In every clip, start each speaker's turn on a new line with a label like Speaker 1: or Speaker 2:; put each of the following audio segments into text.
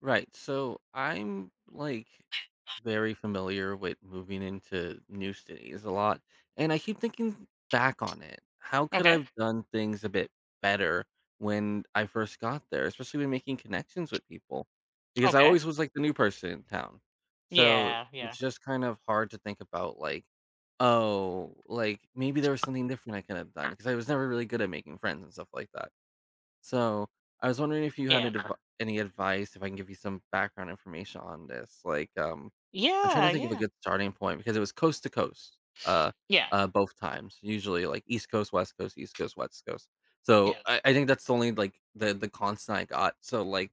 Speaker 1: Right. So I'm like very familiar with moving into new cities a lot. And I keep thinking back on it. How could I
Speaker 2: Okay,
Speaker 1: have done things a bit better when I first got there, especially when making connections with people? Because I
Speaker 2: okay.
Speaker 1: always was like the new person in town. So
Speaker 2: Yeah, yeah,
Speaker 1: it's just kind of hard to think about like, oh, like maybe there was something different I could have done because I was never really good at making friends and stuff like that. So I was wondering if you had
Speaker 2: yeah.
Speaker 1: any advice, if I can give you some background information on this. Like, I'm trying
Speaker 2: Yeah,
Speaker 1: to think of a
Speaker 2: yeah,
Speaker 1: good starting point because it was coast to coast, uh,
Speaker 2: yeah,
Speaker 1: both times. Usually, like East Coast, West Coast, East Coast, West Coast. So
Speaker 2: yeah.
Speaker 1: I think that's the only like the constant I got. So like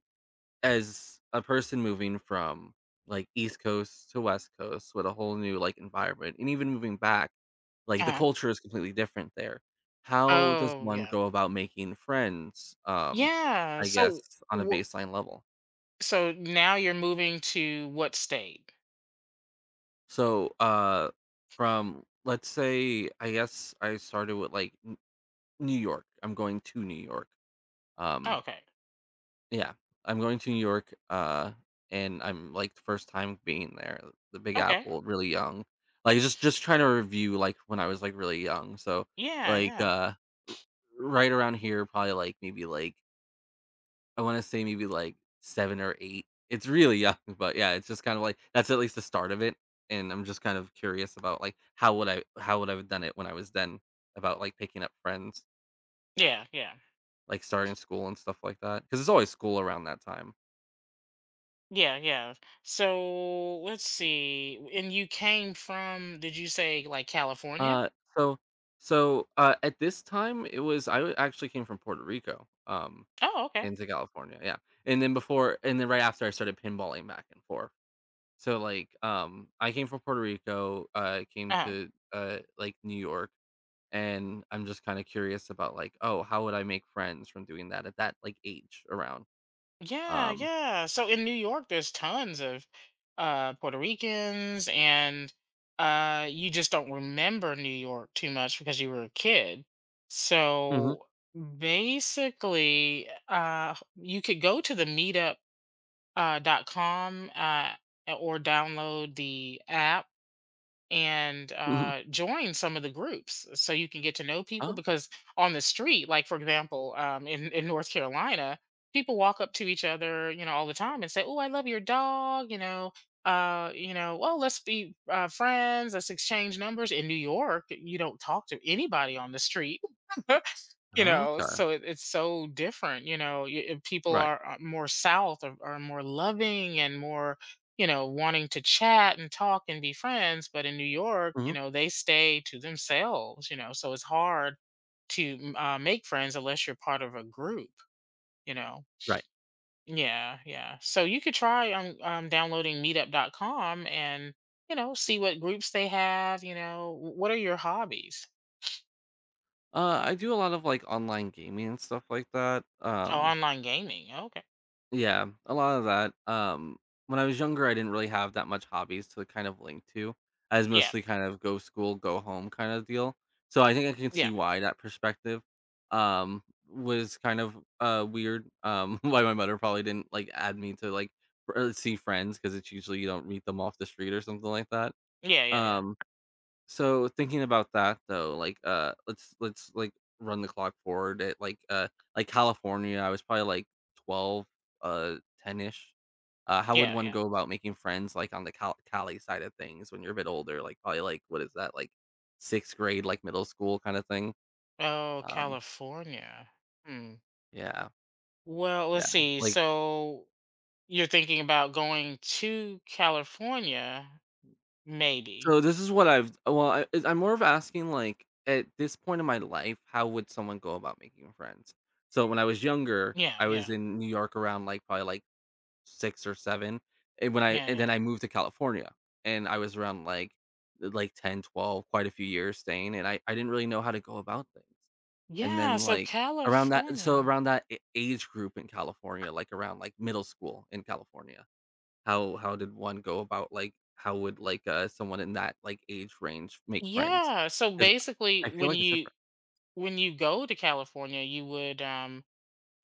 Speaker 1: as a person moving from like East Coast to West Coast with a whole new like environment, and even moving back like, the
Speaker 2: Uh-huh.
Speaker 1: culture is completely different there. How does
Speaker 2: Oh,
Speaker 1: one
Speaker 2: yeah.
Speaker 1: go about making friends,
Speaker 2: Yeah,
Speaker 1: I
Speaker 2: so
Speaker 1: guess, on a
Speaker 2: wha
Speaker 1: baseline level?
Speaker 2: so now you're moving to what state?
Speaker 1: So, from let's say, I guess I started with, like, N New York. I'm going to New York.
Speaker 2: Oh,
Speaker 1: Um,
Speaker 2: okay,
Speaker 1: yeah, I'm going to New York, and I'm, like, the first time being there, the Big
Speaker 2: okay.
Speaker 1: Apple, really young. Like, just trying to review, like, when I was, like, really young. So,
Speaker 2: Yeah,
Speaker 1: like,
Speaker 2: yeah.
Speaker 1: right around here, probably, like, maybe, like I wanna say maybe, like, 7 or 8. It's really young, but yeah, it's just kind of like that's at least the start of it, and I'm just kind of curious about, like, how would I have done it when I was then about, like, picking up friends,
Speaker 2: Yeah, yeah.
Speaker 1: like, starting school and stuff like that. Because it's always school around that time.
Speaker 2: Yeah, yeah. So let's see, and you came from, did you say, like, California?
Speaker 1: Uh, so so at this time, it was actually came from Puerto Rico,
Speaker 2: Oh, okay.
Speaker 1: into California, yeah, and then before and then right after I started pinballing back and forth. So, like, I came from Puerto Rico, came
Speaker 2: Uh-huh.
Speaker 1: to, like, New York, and I'm just kinda curious about, like, oh, how would I make friends from doing that at that, like, age around?
Speaker 2: Yeah,
Speaker 1: Um
Speaker 2: yeah. So in New York, there's tons of Puerto Ricans, and you just don't remember New York too much because you were a kid.
Speaker 1: Mhm,
Speaker 2: So basically, you could go to the meetup.com dot com, or download the app and
Speaker 1: mhm.
Speaker 2: join some of the groups so you can get to know people.
Speaker 1: Oh,
Speaker 2: Because on the street, like, for example, in North Carolina, people walk up to each other, you know, all the time and say, "Oh, I love your dog, you know, you know, well, let's be friends, let's exchange numbers." In New York, you don't talk to anybody on the street. You know,
Speaker 1: okay.
Speaker 2: so it's so different. You know, and people
Speaker 1: Right.
Speaker 2: are more south, are more loving and more, you know, wanting to chat and talk and be friends. But in New York, you
Speaker 1: Mhm,
Speaker 2: know, they stay to themselves. You know, so it's hard to make friends unless you're part of a group. You know,
Speaker 1: right.
Speaker 2: yeah, yeah. So you could try downloading Meetup.com and, you know, see what groups they have. You know, what are your hobbies?
Speaker 1: I do a lot of, like, online gaming and stuff like that,
Speaker 2: Oh,
Speaker 1: um
Speaker 2: online gaming. Okay.
Speaker 1: Yeah, a lot of that. When I was younger, I didn't really have that much hobbies to kind of link to. As
Speaker 2: Yeah.
Speaker 1: mostly kind of go school, go home kind of deal. So I think I can
Speaker 2: Yeah.
Speaker 1: see why that perspective um was kind of weird. Why my mother probably didn't like add me to like see friends because it's usually you don't meet them off the street or something like that.
Speaker 2: Yeah. Yeah. Yeah.
Speaker 1: Um so thinking about that though, like, let's, like, run the clock forward at, like, California, I was probably, like, 12, uh, 10-ish. How would
Speaker 2: Yeah,
Speaker 1: one
Speaker 2: yeah.
Speaker 1: go about making friends, like, on the Cali side of things when you're a bit older? Like, probably, like, what is that? Like, 6th grade, like, middle school kinda thing?
Speaker 2: Oh,
Speaker 1: Um,
Speaker 2: California. Hmm.
Speaker 1: yeah,
Speaker 2: Well, let's
Speaker 1: yeah,
Speaker 2: see.
Speaker 1: like
Speaker 2: So you're thinking about going to California, maybe.
Speaker 1: so this is what I've well, I'm more of asking, like, at this point in my life, how would someone go about making friends? So when I was younger,
Speaker 2: Yeah,
Speaker 1: I was
Speaker 2: yeah,
Speaker 1: in New York around, like, probably, like, 6 or 7, and when I
Speaker 2: yeah,
Speaker 1: and
Speaker 2: yeah.
Speaker 1: then I moved to California, and I was around, like 10, 12 quite a few years staying, and I didn't really know how to go about things. And
Speaker 2: Yeah,
Speaker 1: then,
Speaker 2: so
Speaker 1: like,
Speaker 2: California.
Speaker 1: around that a age group in California, like, around, like, middle school in California, how did one go about, like how would, like, someone in that, like, age range make friends?
Speaker 2: Yeah. So
Speaker 1: Because I
Speaker 2: basically
Speaker 1: feel like it's different.
Speaker 2: when you go to California, you would um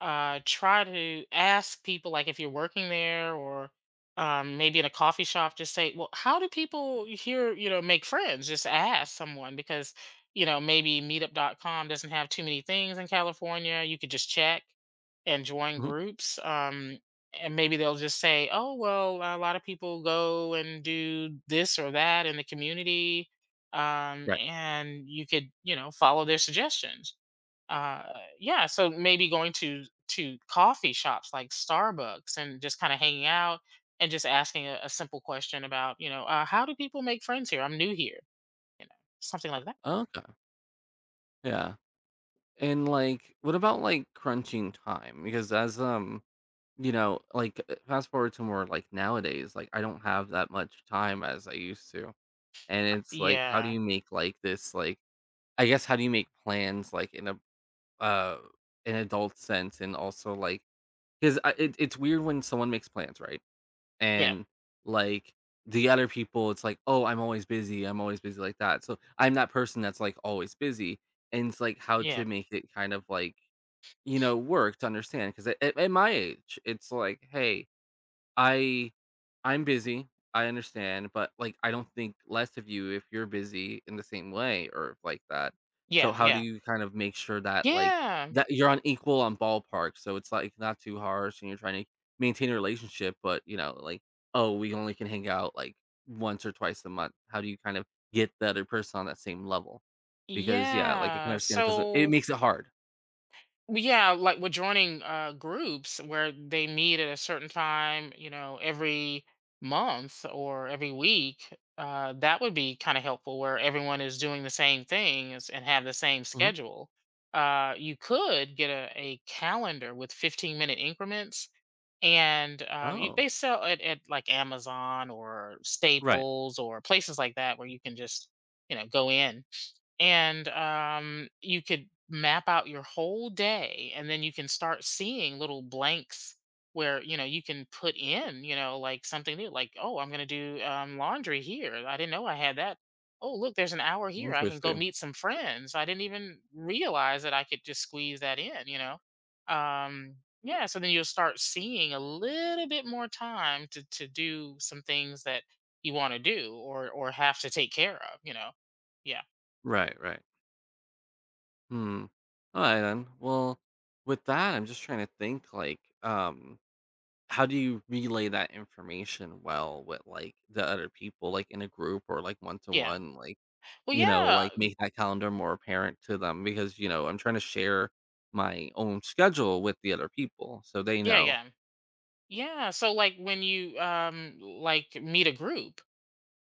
Speaker 2: uh, try to ask people, like, if you're working there or maybe in a coffee shop, just say, "Well, how do people here, you know, make friends?" Just ask someone because, you know, maybe meetup.com doesn't have too many things in California. You could just check and join
Speaker 1: Mhm.
Speaker 2: groups. And maybe they'll just say, "Oh, well, a lot of people go and do this or that in the community."
Speaker 1: Right.
Speaker 2: And you could, you know, follow their suggestions. uh yeah, so maybe going to coffee shops like Starbucks and just kind of hanging out and just asking a simple question about, you know, how do people make friends here? I'm new here, you know, something like that.
Speaker 1: Okay, yeah. And, like, what about, like, crunching time? Because as, like, fast forward to more, like, nowadays, like, I don't have that much time as I used to, and it's like, how do
Speaker 2: Yeah,
Speaker 1: you make, like, this, like I guess how do you make plans, like, in uh, an adult sense and also, like because it's weird when someone makes plans, right?
Speaker 2: yeah,
Speaker 1: And like the other people, it's like, oh, I'm always busy, I'm always busy like that, so I'm that person that's like always busy. And it's like how
Speaker 2: yeah,
Speaker 1: to make it kind of like work to understand because at my age it's like, hey, I I'm busy, I understand, but, like, I don't think less of you if you're busy in the same way or if like that. So
Speaker 2: yeah,
Speaker 1: how do
Speaker 2: yeah,
Speaker 1: you kind of make sure that, like,
Speaker 2: yeah,
Speaker 1: that you're on equal on ballpark, so it's, like, not too harsh and you're trying to maintain a relationship, but, like, "Oh, we only can hang out, like, once or twice a month." How do you kind of get the other person on that same level? Because, yeah, like, I can
Speaker 2: yeah.
Speaker 1: understand it doesn't it
Speaker 2: So
Speaker 1: makes it hard.
Speaker 2: well, yeah, like, we're joining groups where they meet at a certain time, you know, every month or every week. That would be kind of helpful where everyone is doing the same things and have the same
Speaker 1: Mhm.
Speaker 2: schedule. You could get a calendar with 15-minute increments, and you,
Speaker 1: Oh,
Speaker 2: they sell it at, like, Amazon or
Speaker 1: right.
Speaker 2: Staples or places like that where you can just, you know, go in and you could map out your whole day, and then you can start seeing little blanks where, you know, you can put in, you know, like, something new, like, oh, I'm going to do laundry here, I didn't know I had that. Oh, look, there's an hour here, I can go
Speaker 1: Interesting.
Speaker 2: meet some friends. I didn't even realize that I could just squeeze that in, you know. um yeah, so then you'll start seeing a little bit more time to do some things that you want to do or have to take care of, you know. Yeah,
Speaker 1: Right, right. Hmm. All right then. Well, with that, I'm just trying to think like, how do you relay that information well with like the other people, like in a group or like one to
Speaker 2: yeah.
Speaker 1: one, like
Speaker 2: Well, yeah,
Speaker 1: like make that calendar more apparent to them because I'm trying to share my own schedule with the other people so they
Speaker 2: yeah,
Speaker 1: know.
Speaker 2: yeah, yeah. So, like, when you like meet a group,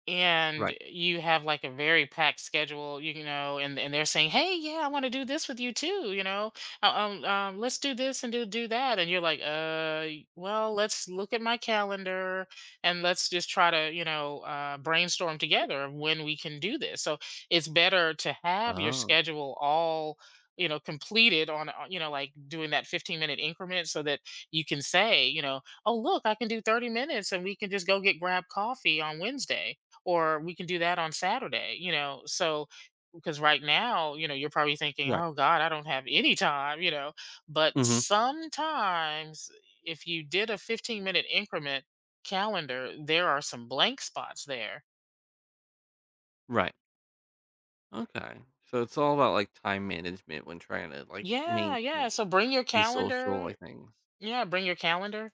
Speaker 2: and
Speaker 1: Right.
Speaker 2: you have, like, a very packed schedule, you know, and they're saying, "Hey, yeah, I want to do this with you too," you know, let's do this and do that," and you're like, well, let's look at my calendar and let's just try to, you know, brainstorm together of when we can do this. So it's better to have your
Speaker 1: Oh,
Speaker 2: schedule all, you know, completed on, you know, like, doing that 15-minute increment, so that you can say, you know, oh, look, I can do 30 minutes, and we can just go get grab coffee on Wednesday, or we can do that on Saturday, you know. So because right now, you know, you're probably thinking,
Speaker 1: right.
Speaker 2: "Oh god, I don't have any time," you know. But
Speaker 1: Hmm.
Speaker 2: sometimes if you did a 15-minute increment calendar, there are some blank spots there.
Speaker 1: Right. Okay. So it's all about like time management when trying to like
Speaker 2: Yeah, yeah,
Speaker 1: maintain
Speaker 2: so bring your
Speaker 1: these social
Speaker 2: calendar.
Speaker 1: like things.
Speaker 2: Yeah, bring your calendar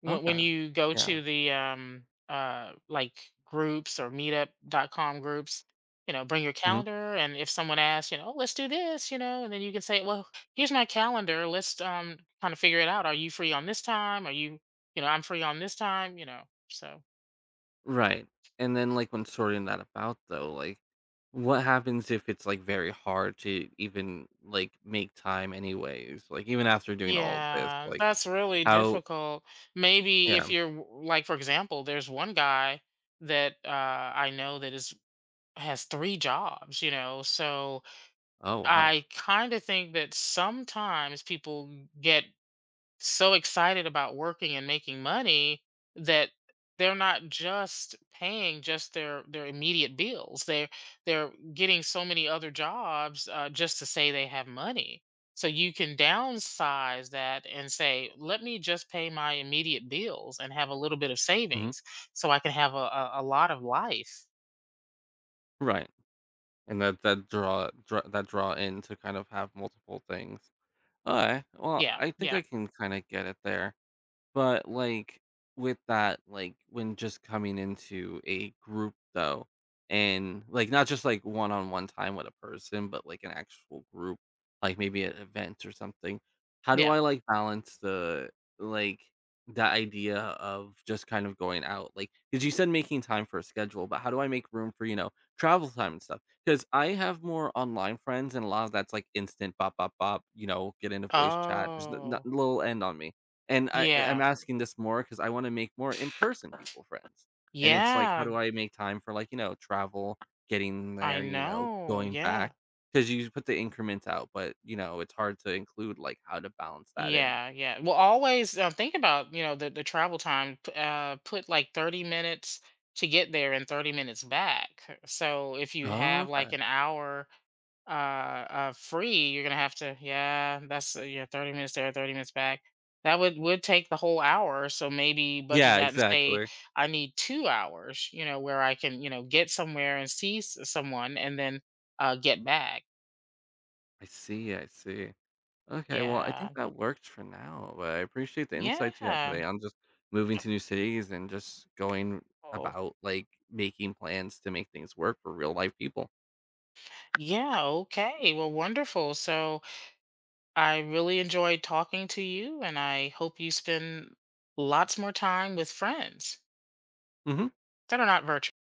Speaker 2: when
Speaker 1: Okay.
Speaker 2: you go
Speaker 1: Yeah.
Speaker 2: to the like groups or Meetup.com groups, you know. Bring your
Speaker 1: Mhm.
Speaker 2: calendar, and if someone asks, you know, "Oh, let's do this," you know, and then you can say, "Well, here's my calendar. Let's kind of figure it out. Are you free on this time? Are you, you know I'm free on this time," you know. So
Speaker 1: Right. And then, like, when sorting that about though, like, what happens if it's, like, very hard to even, like, make time anyways? Like, even after doing all of this,
Speaker 2: yeah,
Speaker 1: like,
Speaker 2: that's really
Speaker 1: how
Speaker 2: difficult. Maybe if
Speaker 1: Yeah.
Speaker 2: you're like, for example, there's one guy that I know that is, has 3 jobs, you know. So
Speaker 1: Oh, wow.
Speaker 2: I kind of think that sometimes people get so excited about working and making money that they're not just paying just their immediate bills. They're getting so many other jobs, just to say they have money. So you can downsize that and say, "Let me just pay my immediate bills and have a little bit of
Speaker 1: Mhm.
Speaker 2: savings, so I can have a a lot of life."
Speaker 1: Right. And that draw in to kind of have multiple things. Alright. Well,
Speaker 2: Yeah,
Speaker 1: I think
Speaker 2: yeah,
Speaker 1: I can kinda get it there. But, like, with that, like, when just coming into a group, though, and, like, not just, like, one-on-one time with a person, but, like, an actual group, like, maybe at events or something, how do
Speaker 2: yeah.
Speaker 1: I, like, balance like, the idea of just kind of going out? Like, because you said making time for a schedule, but how do I make room for, travel time and stuff? Because I have more online friends, and a lot of that's, like, instant bop, bop, bop, get into voice chat. There's n not
Speaker 2: Oh,
Speaker 1: little end on me. And I'm
Speaker 2: yeah.
Speaker 1: asking this more because I wanna make more in-person people friends, and it's like, how
Speaker 2: Yeah,
Speaker 1: do I make time for, like, travel, getting
Speaker 2: I
Speaker 1: there,
Speaker 2: know.
Speaker 1: going
Speaker 2: Yeah.
Speaker 1: back? Because you put the increments out, but, it's hard to include, like, how to balance that in.
Speaker 2: Yeah. Yeah. Well, always think about, you know, the travel time. Put like 30 minutes to get there and 30 minutes back. So if you
Speaker 1: Oh,
Speaker 2: have, like,
Speaker 1: okay.
Speaker 2: an hour free, you're going to have to, yeah, that's yeah, 30 minutes there, 30 minutes back. That would take the whole hour. So maybe budget
Speaker 1: Yeah,
Speaker 2: that and say,
Speaker 1: exactly.
Speaker 2: I need 2 hours, you know, where I can, you know, get somewhere and see someone and then get back.
Speaker 1: I see, I see. Okay, well, I
Speaker 2: Yeah.
Speaker 1: think that works for now, but I appreciate the insights you had
Speaker 2: Yeah.
Speaker 1: today on just moving to new cities and just going
Speaker 2: Oh,
Speaker 1: about, like, making plans to make things work for real life people.
Speaker 2: yeah. Okay. Well, wonderful. So I really enjoyed talking to you, and I hope you spend lots more time with friends
Speaker 1: Mhm.
Speaker 2: that are not virtual.